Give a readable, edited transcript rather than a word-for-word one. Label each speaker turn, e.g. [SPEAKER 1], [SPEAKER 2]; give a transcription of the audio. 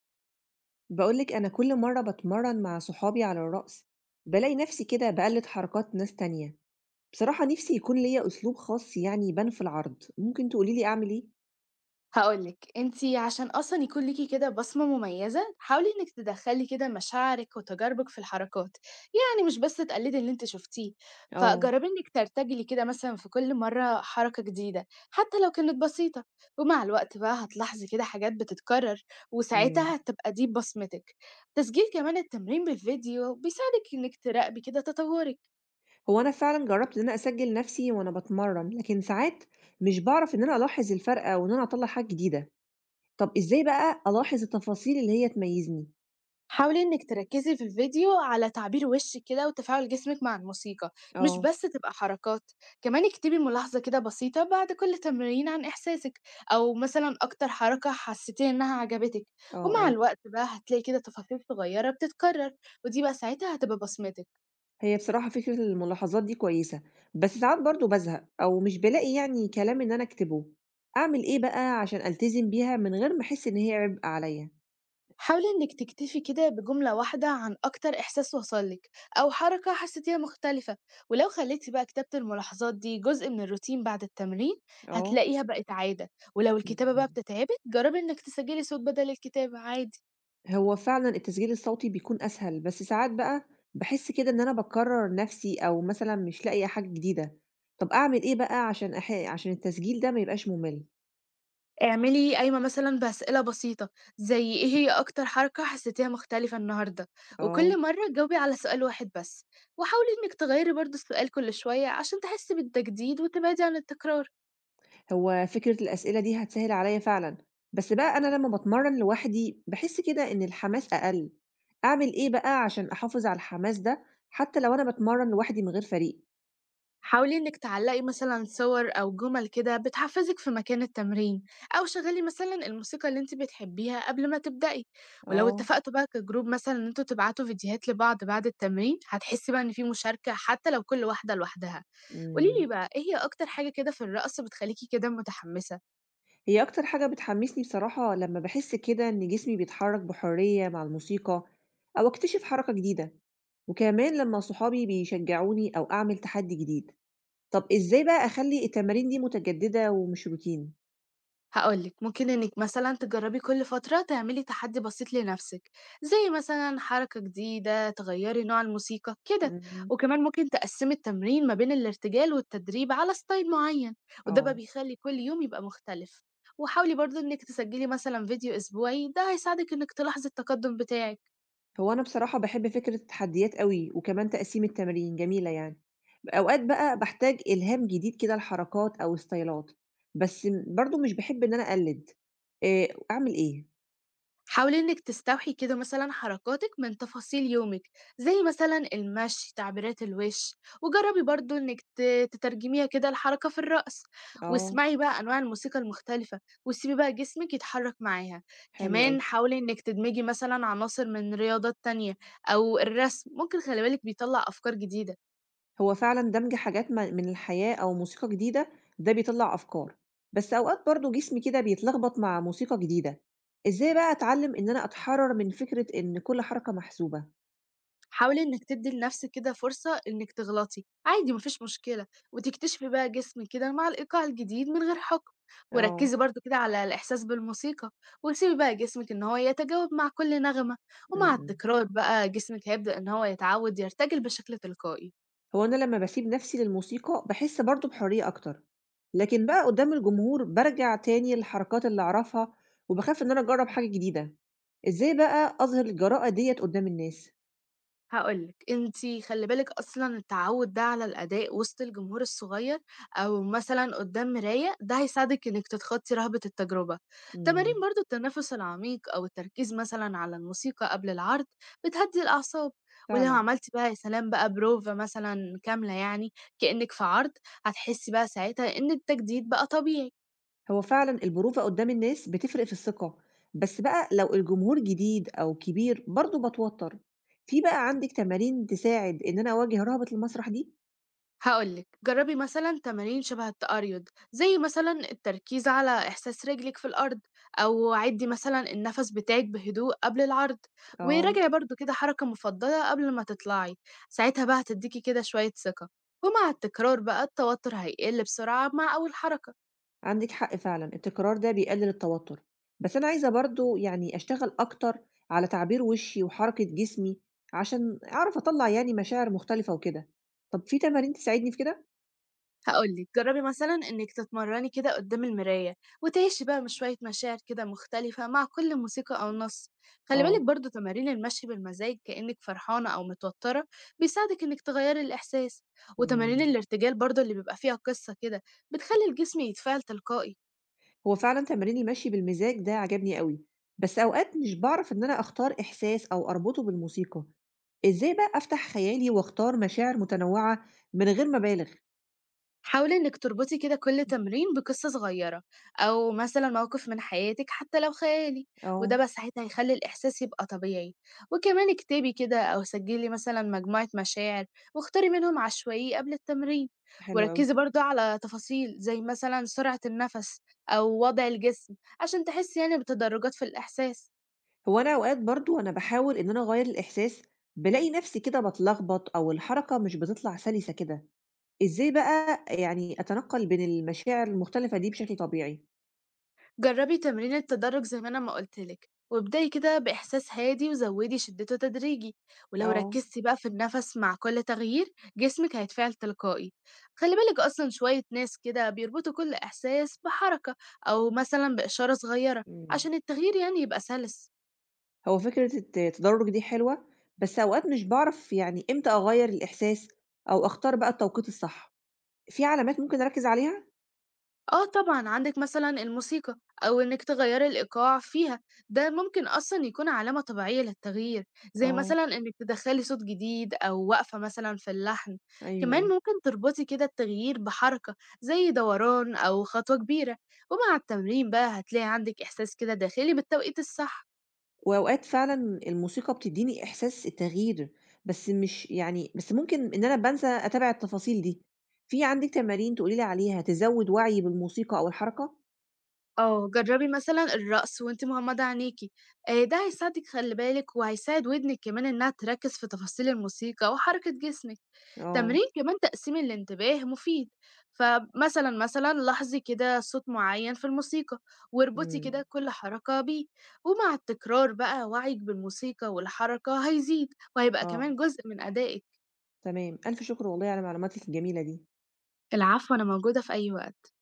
[SPEAKER 1] بقولك أنا كل مرة بتمرن مع صحابي على الرقص، بلاقي نفسي كده بقلد حركات ناس تانية. بصراحة نفسي يكون ليا أسلوب خاص، يعني يبان في العرض. ممكن تقوليلي أعمل إيه؟
[SPEAKER 2] هاقول لِك، أنتِ عشان أصلًا يكون ليكِ كده بصمة مميزة، حاولي إنِّك تدخّلي كده مشاعرِك وتجاربِك في الحركات، يعني مش بس تقلدي اللي أنتِ شُفتيه،
[SPEAKER 1] اه.
[SPEAKER 2] فجرّبي إنِّك ترتجلي كده مثلًا في كل مرّة حركة جديدة، حتى لو كانت بسيطة، ومع الوقت بقى هتلاحظي كده حاجات بتتكرر،
[SPEAKER 1] مم.
[SPEAKER 2] وساعتها هتبقى دي بصمتِك. تسجيل كمان التمرين بالفيديو بيساعدِك إنِّك تراقبي كده تطوّرِك.
[SPEAKER 1] هو أنا فعلا جربت إن أنا أسجل نفسي وأنا بتمرن، لكن ساعات مش بعرف إن أنا ألاحظ الفرق أو إن أنا أطلع حاجة جديدة. طب إزاي بقى ألاحظ التفاصيل اللي هي تميزني؟
[SPEAKER 2] حاولي إنِك تركّزي في الفيديو على تعبير وشِّك كده وتفاعل جسمِك مع الموسيقى، مش
[SPEAKER 1] اه،
[SPEAKER 2] بس تبقى حركات، كمان اكتبي ملاحظة كده بسيطة بعد كل تمرين عن إحساسِك، أو مثلًا أكتر حركة حسيتِ إنها عجبتِك،
[SPEAKER 1] اه،
[SPEAKER 2] ومع
[SPEAKER 1] اه.
[SPEAKER 2] الوقت بقى هتلاقي كده تفاصيل صغيّرة بتتكرر، ودي بقى ساعتها هتبقى بصمتِك.
[SPEAKER 1] هي بصراحة فكرة الملاحظات دي كويسة، بس ساعات برضه بازهق أو مش بالاقي يعني كلام إن أنا أكتبه، أعمل إيه بقى عشان ألتزم بيها من غير ما أحس إن هي عبء عليا؟
[SPEAKER 2] حاولي إنك تكتفي كده بجملة واحدة عن أكتر إحساس وصلك أو حركة حسيتيها مختلفة، ولو خليتي بقى كتابة الملاحظات دي جزء من الروتين بعد التمرين
[SPEAKER 1] اه.
[SPEAKER 2] هتلاقيها بقت عادة. ولو الكتابة بقى
[SPEAKER 1] مم.
[SPEAKER 2] بتتعبك جربي إنك تسجلي صوت بدل الكتابة عادي.
[SPEAKER 1] هو فعلا التسجيل الصوتي بيكون أسهل، بس ساعات بقى بحس كده إن أنا بكرر نفسي أو مثلا مش لاقية حاجة جديدة، طب أعمل إيه بقى عشان عشان التسجيل ده ما يبقاش ممل؟
[SPEAKER 2] اعملي قايمة مثلا بأسئلة بسيطة زي إيه هي أكتر حركة حسيتيها مختلفة النهاردة،
[SPEAKER 1] اه.
[SPEAKER 2] وكل مرة جاوبي على سؤال واحد بس، وحاولي إنك تغيري برضه السؤال كل شوية عشان تحسي بالتجديد وتبعدي عن التكرار.
[SPEAKER 1] هو فكرة الأسئلة دي هتسهل عليا فعلًا، بس بقى أنا لمّا باتمرّن لوحدي باحس كده إن الحماس أقل، أعمل إيه بقى عشان أحافظ على الحماس ده حتى لو أنا باتمرّن لوحدي من غير فريق؟
[SPEAKER 2] حاولي إنِك تعلقي مثلًا صور أو جمل كده بتحفزك في مكان التمرين، أو شغلي مثلًا الموسيقى اللي أنتِ بتحبيها قبل ما تبدئي، ولو
[SPEAKER 1] آه.
[SPEAKER 2] اتفقتوا بقى كجروب مثلًا إن أنتم تبعتوا فيديوهات لبعض بعد التمرين، هتحسي بقى إن في مشاركة حتى لو كل واحدة لوحدها. قولي
[SPEAKER 1] إمم.
[SPEAKER 2] لي بقى إيه هي أكتر حاجة كده في الرقص بتخليكِ كده متحمسة؟
[SPEAKER 1] هي أكتر حاجة بتحمّسني بصراحة لمّا باحس كده إن جسمي بيتحرّك بحرية مع الموسيقى أو أكتشف حركة جديدة، وكمان لمّا صحابي بيشجعوني أو أعمل تحدي جديد. طَب إزاي بقى أخلّي التمارين دي متجددة ومش روتين؟
[SPEAKER 2] هقول لك ممكن انك مثلا تجربي كل فترة تعملي تحدي بسيط لنفسك، زي مثلا حركة جديدة تغيري نوع الموسيقى كده،
[SPEAKER 1] إمم.
[SPEAKER 2] وكمان ممكن تقسمي التمرين ما بين الارتجال والتدريب على ستايل معين، وده بقى
[SPEAKER 1] آه.
[SPEAKER 2] بيخلي كل يوم يبقى مختلف. وحاولي برضو انك تسجلي مثلا فيديو اسبوعي، ده هيساعدك انك تلاحظي التقدم بتاعك.
[SPEAKER 1] هو أنا بصراحة باحب فكرة التحديات أوي، وكمان تقسيم التمارين جميلة يعني. أوقات بقى باحتاج إلهام جديد كده لحركات أو ستايلات، بس برضه مش باحب إن أنا أقلد، أعمل إيه؟
[SPEAKER 2] حاولي إنِك تستوحي كده مثلا حركاتك من تفاصيل يومك، زي مثلا المشي تعبيرات الوش، وجربي برضو إنك تترجميها كده لحركة في الرأس،
[SPEAKER 1] آه.
[SPEAKER 2] واسمعي بقى أنواع الموسيقى المختلفة وسيبي بقى جسمك يتحرك معاها.
[SPEAKER 1] حلو أوي.
[SPEAKER 2] كمان حاولي إنك تدمجي مثلا عناصر من رياضات تانية أو الرسم، ممكن خلي بالك بيطلع أفكار جديدة.
[SPEAKER 1] هو فعلًا دمج حاجات من الحياة أو موسيقى جديدة، ده بيطلّع أفكار، بس أوقات برضه جسمي كده بيتلخبط مع موسيقى جديدة. إزاي بقى أتعلم إن أنا أتحرر من فكرة إن كل حركة محسوبة؟
[SPEAKER 2] حاولي إنِّك تدّي لنَفْسِك كده فرصة إنِّك تغلطي، عادي ما فيش مشكلة، وتكتشفي بقى جسمِك كده مع الإيقاع الجديد من غير حُكم،
[SPEAKER 1] آه.
[SPEAKER 2] وركّزي برضه كده على الإحساس بالموسيقى، وسيبي بقى جسمِك إن هو يتجاوب مع كل نغمة،
[SPEAKER 1] إمم.
[SPEAKER 2] ومع
[SPEAKER 1] إمم.
[SPEAKER 2] التكرار بقى جسمِك هيبدأ إن هو يتعوّد يرتجل بشكل تلقائي.
[SPEAKER 1] هو أنا لمّا باسيب نَفْسي للموسيقى، باحس برضه بحرية أكتر، لكن بقى قُدّام الجمهور بارجع تاني للحركات اللي أعرفها، وباخاف إن أنا أجرّب حاجة جديدة. إزاي بقى أظهر الجراءة ديّة قُدّام الناس؟
[SPEAKER 2] هاقول لِك، أنتِ خلّي بالِك أصلًا التعوّد ده على الأداء وسط الجمهور الصغير أو مثلًا قدّام مراية، ده هيساعدِك إنِّك تتخطّي رهبة التجربة. تمارين
[SPEAKER 1] إمم.
[SPEAKER 2] برضه التنفُّس العميق أو التركيز مثلًا على الموسيقى قبل العرض بتهدّي الأعصاب، ولو
[SPEAKER 1] فعلًا.
[SPEAKER 2] عملتِ بقى يا سلام بقى بروفة مثلًا كاملة يعني كإنِّك في عرض، هتحسّي بقى ساعتها إن التجديد بقى طبيعي.
[SPEAKER 1] هو فعلًا البرودة قُدّام الناس بتفرق في الثقة، بس بقى لو الجمهور جديد أو كبير برضه باتوتّر. في بقى عندِك تمارين تساعد إن أنا أواجه رهبة المسرح دي؟
[SPEAKER 2] هاقول لِك، جرّبي مثلًا تمارين شبه التأريض، زي مثلًا التركيز على إحساس رجلِك في الأرض، أو عدّي مثلًا النَفَس بتاعِك بهدوء قبل العرض،
[SPEAKER 1] آه.
[SPEAKER 2] وراجعي برضه كده حركة مفضلة قبل ما تطلعي، ساعتها بقى هتدّيكِ كده شوية ثقة، ومع التكرار بقى التوتر هيقِل بسرعة مع أول حركة.
[SPEAKER 1] عندِك حق فعلًا، التكرار ده بيقلل التوتر، بس أنا عايزة برضه يعني أشتغل أكتر على تعبير وشي وحركة جسمي، عشان أعرف أطلّع يعني مشاعر مختلفة وكده. طب في تمارين تساعدني في كده؟
[SPEAKER 2] هاقول لِك، جرّبي مثلًا إنِّك تتمرّني كده قدّام المراية وتعيشي بقى م شوية مشاعر كده مختلفة مع كل موسيقى أو نَص. خلّي بالِك
[SPEAKER 1] آه.
[SPEAKER 2] برضه تمارين المشي بالمزاج كإنِّك فرحانة أو متوتّرة، بيساعدِك إنِّك تغيّري الإحساس. وتمارين
[SPEAKER 1] إمم.
[SPEAKER 2] الارتجال برضه اللي بيبقى فيها قِصّة كده، بتخلّي الجسم يتفاعل تلقائي.
[SPEAKER 1] هو فعلًا تمرين المشي بالمزاج ده عجبني أوي، بس أوقات مش باعرف إن أنا أختار إحساس أو أربطه بالموسيقى. إزاي بقى أفتح خيالي وأختار مشاعر متنوعة من غير ما أبالغ؟
[SPEAKER 2] حاولي إنِك تربطي كده كل تمرين بقصة صغيرة أو مثلا موقف من حياتك حتى لو خيالي، وده
[SPEAKER 1] آه.
[SPEAKER 2] بس ساعتها هيخلي الإحساس يبقى طبيعي. وكمان اكتبي كده أو سجلي مثلا مجموعة مشاعر واختاري منهم عشوائي قبل التمرين،
[SPEAKER 1] حلو أوي.
[SPEAKER 2] وركزي برضه على تفاصيل زي مثلا سرعة النفس أو وضع الجسم عشان تحسي يعني بتدرجات في الإحساس.
[SPEAKER 1] هو أنا أوقات برضه وأنا باحاول إن أنا أغيّر الإحساس، بالاقي نفسي كده باتلخبط أو الحركة مش بتطلع سلسة كده. إزاي بقى يعني أتنقّل بين المشاعر المختلفة دي بشكل طبيعي؟
[SPEAKER 2] جربي تمرين التدرج زي ما انا ما قولتلك، وابدأي كده بإحساس هادي وزودي شدته تدريجي، ولو
[SPEAKER 1] آه.
[SPEAKER 2] ركزتي بقى في النفس مع كل تغيير جسمك هيتفاعل تلقائي. خلي بالك أصلا شوية ناس كده بيربطوا كل إحساس بحركة أو مثلا بإشارة صغيرة
[SPEAKER 1] إمم.
[SPEAKER 2] عشان التغيير يعني يبقى سلس.
[SPEAKER 1] هو فكرة التدرج دي حلوة، بس أوقات مش باعرف يعني إمتى أغيّر الإحساس أو أختار بقى التوقيت الصح. في علامات ممكن أركّز عليها؟
[SPEAKER 2] آه طبعًا، عندِك مثلًا الموسيقى أو إنِّك تغيّري الإيقاع فيها، ده ممكن أصلًا يكون علامة طبيعية للتغيير، زي
[SPEAKER 1] آه،
[SPEAKER 2] مثلًا إنِّك تدخّلي صوت جديد أو وقفة مثلًا في اللحن،
[SPEAKER 1] أيوه،
[SPEAKER 2] كمان
[SPEAKER 1] أيوه.
[SPEAKER 2] ممكن تربطي كده التغيير بحركة زي دوران أو خطوة كبيرة، ومع التمرين بقى هتلاقي عندِك إحساس كده داخلي بالتوقيت الصح.
[SPEAKER 1] وأوقات فعلًا الموسيقى بتدّيني إحساس التغيير، بس مش يعني بس ممكن إن أنا بانسى أتابع التفاصيل دي. في عندِك تمارين تقولي لي عليها تزوّد وعيي بالموسيقى أو الحركة؟
[SPEAKER 2] آه، جرّبي مثلًا الرقص وأنتِ مغمضة عينيكِ، ده هيساعدِك خلّي بالِك، وهيساعد ودنِك كمان إنها تركّز في تفاصيل الموسيقى وحركة جسمِك.
[SPEAKER 1] آه.
[SPEAKER 2] تمرين كمان تقسيم الانتباه مفيد، فمثلًا لاحظي كده صوت معيّن في الموسيقى، واربطي
[SPEAKER 1] إمم.
[SPEAKER 2] كده كل حركة بيه، ومع التكرار بقى وعيِك بالموسيقى والحركة هيزيد، وهيبقى
[SPEAKER 1] آه.
[SPEAKER 2] كمان جزء من أدائِك.
[SPEAKER 1] تمام. ألف شكر والله على معلوماتِك الجميلة دي.
[SPEAKER 2] العفو، أنا موجودة في أي وقت.